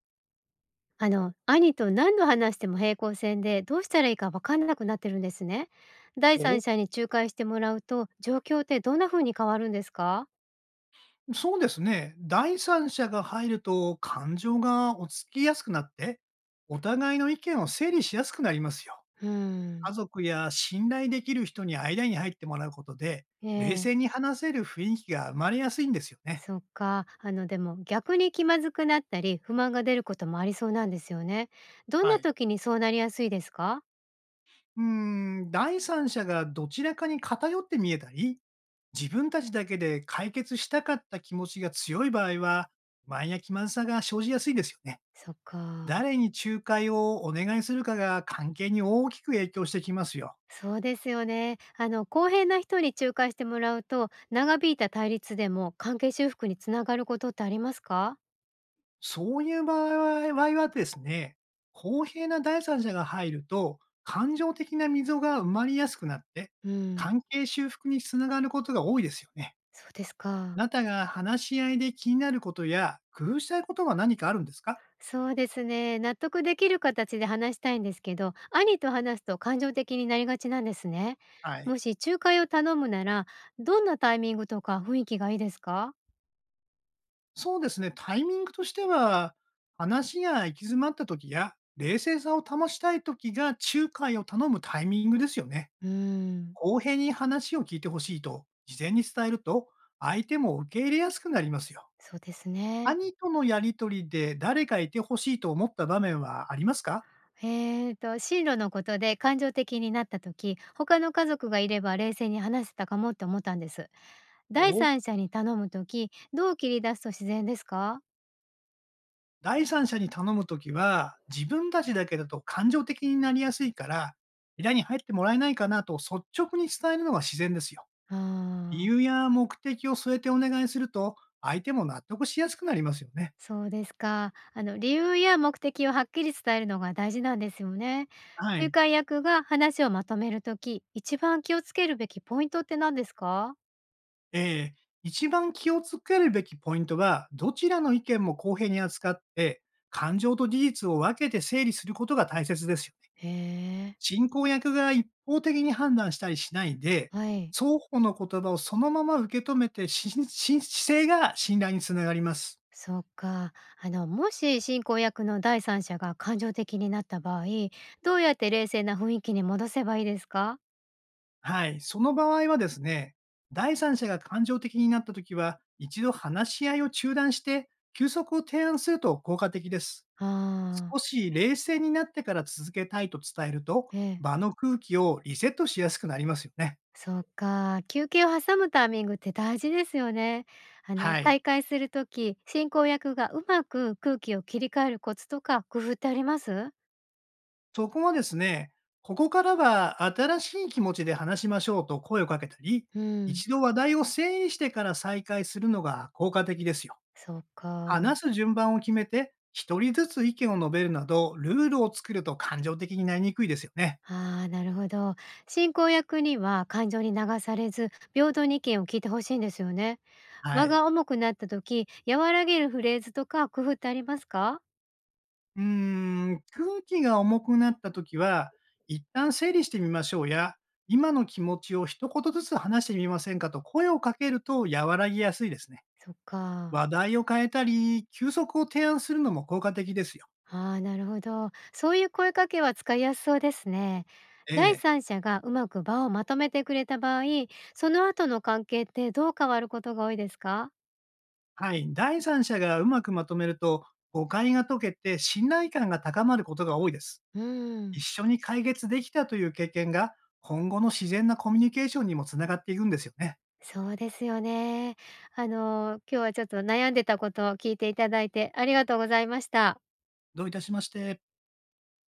兄と何度話しても平行線で、どうしたらいいか分かんなくなってるんですね。第三お者に仲介してもらうと、状況ってどんな風に変わるんですか？そうですね。第三者が入ると感情が落ち着きやすくなって、お互いの意見を整理しやすくなりますよ。うー家ん。族や信頼できる人に間に入ってもらうことで、え冷え、静に話せる雰囲気が生まれやすいんですよね。そっか。でも逆に気まずくなったり、不満が出ることもありそうなんですよね。どんはない。時にそうなりやすいですか？うー第三者がどちらかに偏って見えたり、自分たちだけで解決したかった気持ちが強い場合は、前満や気まずさが生じやすいですよね。そっか。誰に仲介をお願いするかが関係に大きく影響してきますよ。そうですよね。公平な人に仲介してもらうと、長引いた対立でも関係修復につながることってありますか？そういう場合はですね、公平な第三者が入ると、感情的な溝が埋まりやすくなって、うん。関係修復につながることが多いですよね。そうですあか。なたが話し合いで気になることや、工夫したいことは何かあるんですか？そうですね。納得できる形で話したいんですけど、兄と話すと感情的になりがちなんですね。はい。もし仲介を頼むなら、どんなタイミングとか雰囲気がいいですか？そうですね、タイミングとしては、話が行き詰まった時や、冷静さを保ちたい時が仲介を頼むタイミングですよね。うーん、公平に話を聞いてほしいと事前に伝えると、相手も受け入れやすくなりますよ。そうですね。兄とのやりとりで誰かいてほしいと思った場面はありますか？進路のことで感情的になった時、他の家族がいれば冷静に話せたかもって思ったんです。第お三者に頼む時、どう切り出すと自然ですか？第三者に頼むときは、自分たちだけだと感情的になりやすいから、依頼に入ってもらえないかなと率直に伝えるのが自然ですよ。あ理由ー。や目的を添えてお願いすると、相手も納得しやすくなりますよね。そうですか。理由や目的をはっきり伝えるのが大事なんですよね。は仲い。介役が話をまとめるとき、一番気をつけるべきポイントって何ですか？ええ、一番気をつけるべきポイントは、どちらの意見も公平に扱って、感情と事実を分けて整理することが大切ですよね。へえ、進行役が一方的に判断したりしないで、はい。双方の言葉をそのまま受け止めて、しし姿勢が信頼につながります。そっか。もし進行役の第三者が感情的になった場合、どうやって冷静な雰囲気に戻せばいいですか？はい。その場合はですね、第三者が感情的になったときは、一度話し合いを中断して、休息を提案すると効果的です。ああ少し冷静になってから続けたいと伝えると、ー、ええ。場の空気をリセットしやすくなりますよね。そうか、休憩を挟むタイミングって大事ですよね。はい。再開するとき、進行役がうまく空気を切り替えるコツとか工夫ってあります？そこもですね、ここからは新しい気持ちで話しましょうと声をかけたり、うん、一度話題を整理してから再開するのが効果的ですよ。そうか。話す順番を決めて、一人ずつ意見を述べるなど、ルールを作ると感情的になりにくいですよね。ああ、なるほど。進行役には感情に流されず、平等に意見を聞いてほしいんですよね。は場い。が重くなった時、和らげるフレーズとか工夫ってありますか？うー空気が重くなった時は、一旦整理してみましょうや、今の気持ちを一言ずつ話してみませんかと声をかけると和らぎやすいですね。そっか。話題を変えたり、休息を提案するのも効果的ですよ。ああ、なるほど。そういう声かけは使いやすそうですね。え第え、三者がうまく場をまとめてくれた場合、その後の関係ってどう変わることが多いですか？はい。第三者がうまくまとめると、誤解が解けて信頼感が高まることが多いです。うー一ん、緒に解決できたという経験が、今後の自然なコミュニケーションにもつながっていくんですよね。そうですよね。今日はちょっと悩んでたことを聞いていただいてありがとうございました。どういたしまして。